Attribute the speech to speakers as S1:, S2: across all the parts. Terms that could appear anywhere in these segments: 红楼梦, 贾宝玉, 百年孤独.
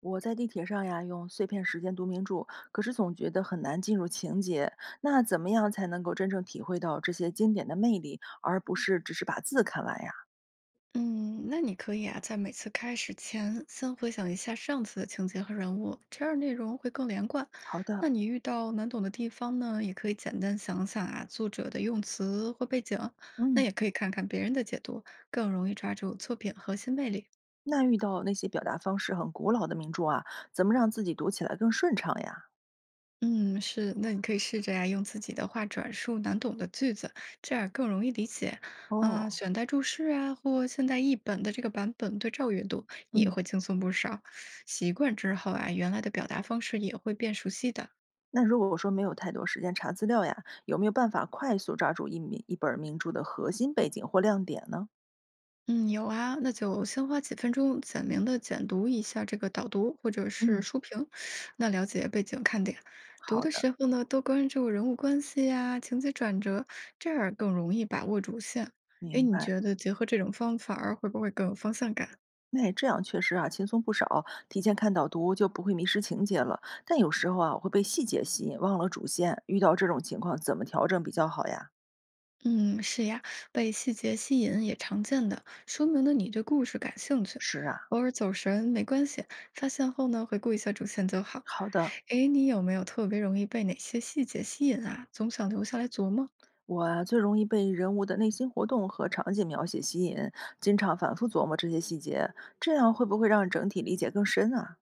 S1: 我在地铁上呀，用碎片时间读名著，可是总觉得很难进入情节。那怎么样才能够真正体会到这些经典的魅力，而不是只是把字看完呀？
S2: 嗯，那你可以啊，在每次开始前，先回想一下上次的情节和人物，这样内容会更连贯。
S1: 好的。
S2: 那你遇到难懂的地方呢，也可以简单想想啊，作者的用词或背景，那
S1: 嗯，
S2: 也可以看看别人的解读，更容易抓住作品核心魅力。
S1: 那遇到那些表达方式很古老的名著啊，怎么让自己读起来更顺畅呀？
S2: 嗯，是，那你可以试着呀，用自己的话转述难懂的句子，这样更容易理解。啊、
S1: 哦。
S2: 选代注释啊，或现代译本的这个版本对照阅读也
S1: 嗯，
S2: 会轻松不少。习惯之后啊，原来的表达方式也会变熟悉的。
S1: 那如果我说没有太多时间查资料呀，有没有办法快速抓住一名一本名著的核心背景或亮点呢？
S2: 嗯，有啊，那就先花几分钟简明的简读一下这个导读或者是
S1: 嗯，
S2: 书评，那了解背景看点。读
S1: 好
S2: 的
S1: 的。
S2: 时候呢，多关注人物关系呀、情节转折，这样更容易把握主线。哎，
S1: 明
S2: 你
S1: 白。
S2: 觉得结合这种方法儿会不会更有方向感？
S1: 那这样确实啊，轻松不少。提前看导读就不会迷失情节了。但有时候啊，我会被细节吸引，忘了主线。遇到这种情况，怎么调整比较好呀？
S2: 嗯，是呀，被细节吸引也常见的，说明了你对故事感兴趣。
S1: 是啊，
S2: 偶尔走神没关系，发现后呢，回顾一下主线就好。
S1: 好的。
S2: 诶，你有没有特别容易被哪些细节吸引啊？总想留下来琢磨？
S1: 我啊，最容易被人物的内心活动和场景描写吸引，经常反复琢磨这些细节，这样会不会让整体理解更深啊？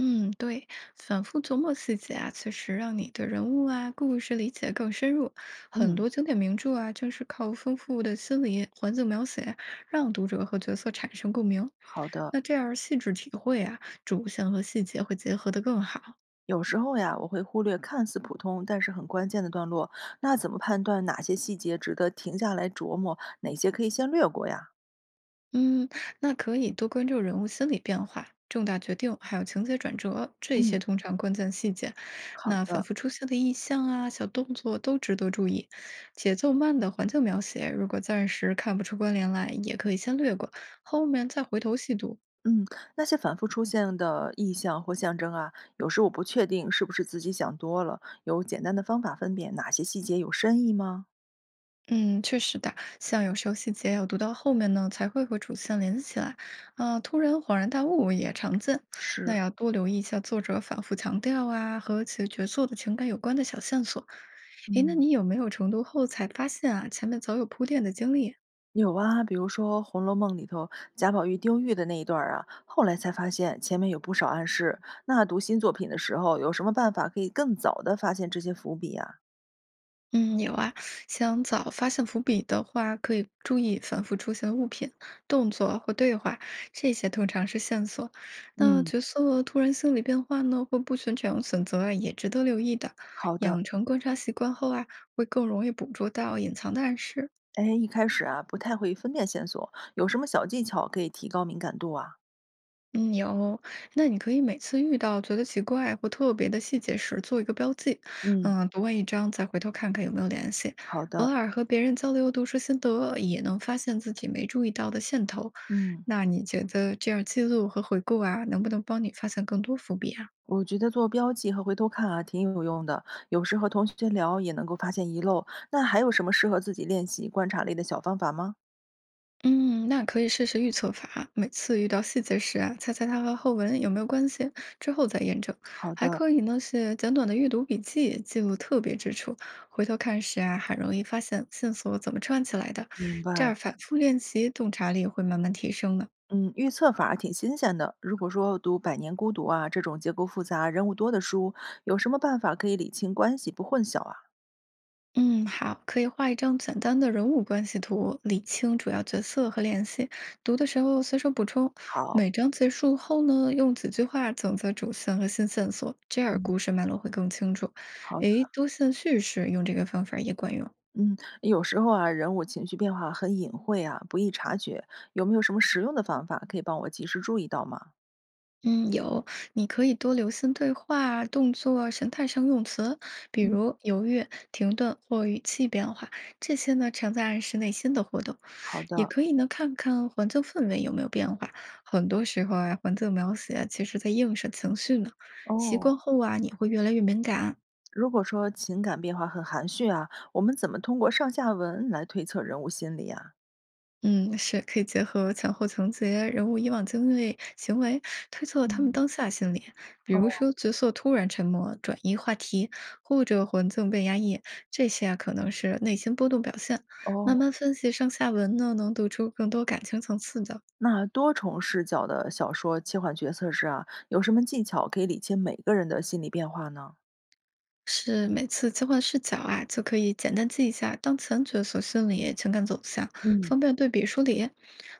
S2: 嗯，对，反复琢磨细节啊，确实让你对人物啊、故事理解更深入。很
S1: 嗯，
S2: 多经典名著啊，正是靠丰富的心理环境描写，让读者和角色产生共鸣。
S1: 好的。
S2: 那这样细致体会啊，主线和细节会结合得更好。
S1: 有时候呀，我会忽略看似普通但是很关键的段落，那怎么判断哪些细节值得停下来琢磨，哪些可以先略过呀？
S2: 嗯，那可以多关注人物心理变化、重大决定，还有情节转折，这
S1: 嗯。
S2: 些通常关键细节。
S1: 好
S2: 那反
S1: 的。
S2: 复出现的意象啊、小动作都值得注意。节奏慢的环境描写，如果暂时看不出关联来，也可以先略过，后面再回头细读。
S1: 嗯，那些反复出现的意象或象征啊，有时我不确定是不是自己想多了。有简单的方法分辨哪些细节有深意吗？
S2: 嗯，确实的，像有时候细节要读到后面呢，才会和主线联系起来，啊，突然恍然大悟也常见。那
S1: 是。
S2: 要多留意一下作者反复强调啊，和其角色的情感有关的小线索。诶，那
S1: 嗯，
S2: 你有没有重读后才发现啊，前面早有铺垫的经历？
S1: 有啊，比如说《红楼梦》里头贾宝玉丢玉的那一段儿啊，后来才发现前面有不少暗示。那读新作品的时候，有什么办法可以更早的发现这些伏笔啊？
S2: 嗯，有啊，想早发现伏笔的话，可以注意反复出现的物品、动作或对话，这些通常是线索。那
S1: 嗯，
S2: 角色突然心理变化呢，或不寻常选择啊，也值得留意的。
S1: 好的。
S2: 养成观察习惯后啊，会更容易捕捉到隐藏的暗示。
S1: 哎，一开始啊不太会分辨线索，有什么小技巧可以提高敏感度啊？
S2: 嗯，有，那你可以每次遇到觉得奇怪或特别的细节时做一个标记，
S1: 嗯，
S2: 嗯，读完一章再回头看看有没有联系。
S1: 好
S2: 偶
S1: 的。
S2: 尔和别人交流读书心得，也能发现自己没注意到的线头。
S1: 嗯。
S2: 那你觉得这样记录和回顾啊，能不能帮你发现更多伏笔啊？
S1: 我觉得做标记和回头看啊，挺有用的。有时和同学聊也能够发现遗漏。那还有什么适合自己练习观察力的小方法吗？
S2: 嗯，那可以试试预测法，每次遇到细节时啊，猜猜它和后文有没有关系，之后再验证。
S1: 好
S2: 还
S1: 的，
S2: 可以呢，写简短的阅读笔记，记录特别之处，回头看时啊，很容易发现线索怎么串起来的。
S1: 明
S2: 这
S1: 白。
S2: 样反复练习，洞察力会慢慢提升的。
S1: 嗯，预测法儿挺新鲜的。如果说读《百年孤独》啊这种结构复杂、人物多的书，有什么办法可以理清关系不混淆啊？
S2: 嗯，好，可以画一张简单的人物关系图，理清主要角色和联系。读的时候随手补充，
S1: 好。
S2: 每章结束后呢，用几句话总结主线和新线索，这样
S1: 嗯，
S2: 故事脉络会更清楚。
S1: 好的。
S2: 诶，多线叙事用这个方法也管用。
S1: 嗯，有时候啊人物情绪变化很隐晦啊，不易察觉。有没有什么实用的方法可以帮我及时注意到吗？
S2: 嗯，有，你可以多留心对话、动作、神态上用词，比
S1: 嗯，
S2: 如犹豫、停顿或语气变化，这些呢常在暗示内心的活动。
S1: 好
S2: 也
S1: 的，
S2: 可以呢看看环境氛围有没有变化，很多时候啊，环境描写其实在映射情绪呢。习
S1: 哦。
S2: 惯后啊，你会越来越敏感。
S1: 如果说情感变化很含蓄啊，我们怎么通过上下文来推测人物心理啊？
S2: 嗯，是可以结合前后情节、人物以往经历、行为，推测他们
S1: 嗯。
S2: 当下心理。比
S1: 哦
S2: 如说，角色突然沉默、转移话题，或者环境被压抑，这些啊可能是内心波动表现。
S1: 哦，
S2: 慢慢分析上下文呢，能读出更多感情层次的。
S1: 那多重视角的小说切换角色时啊，有什么技巧可以理清每个人的心理变化呢？
S2: 是每次切换视角啊，就可以简单记一下当前角色心理、情感走向，
S1: 嗯，
S2: 方便对比梳理。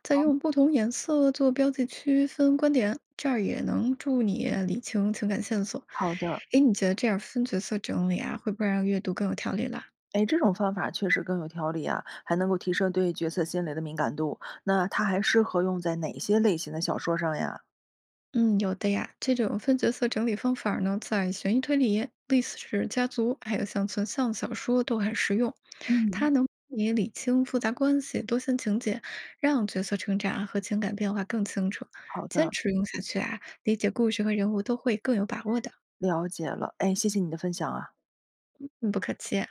S2: 再用不同颜色做标记区分观点，这样也能助你理清情感线索。
S1: 好的。
S2: 诶，你觉得这样分角色整理啊，会不会让阅读更有条理了？
S1: 哎，这种方法确实更有条理啊，还能够提升对角色心理的敏感度。那它还适合用在哪些类型的小说上呀？
S2: 嗯，有的呀。这种分角色整理方法儿呢，在悬疑推理、历史家族，还有像存像小说都很实用。它
S1: 嗯，
S2: 能帮你理清复杂关系、多线情节，让角色成长和情感变化更清楚。
S1: 好
S2: 坚
S1: 的，
S2: 持用下去啊，理解故事和人物都会更有把握的。
S1: 了解了。哎，谢谢你的分享啊。
S2: 嗯，不客气啊。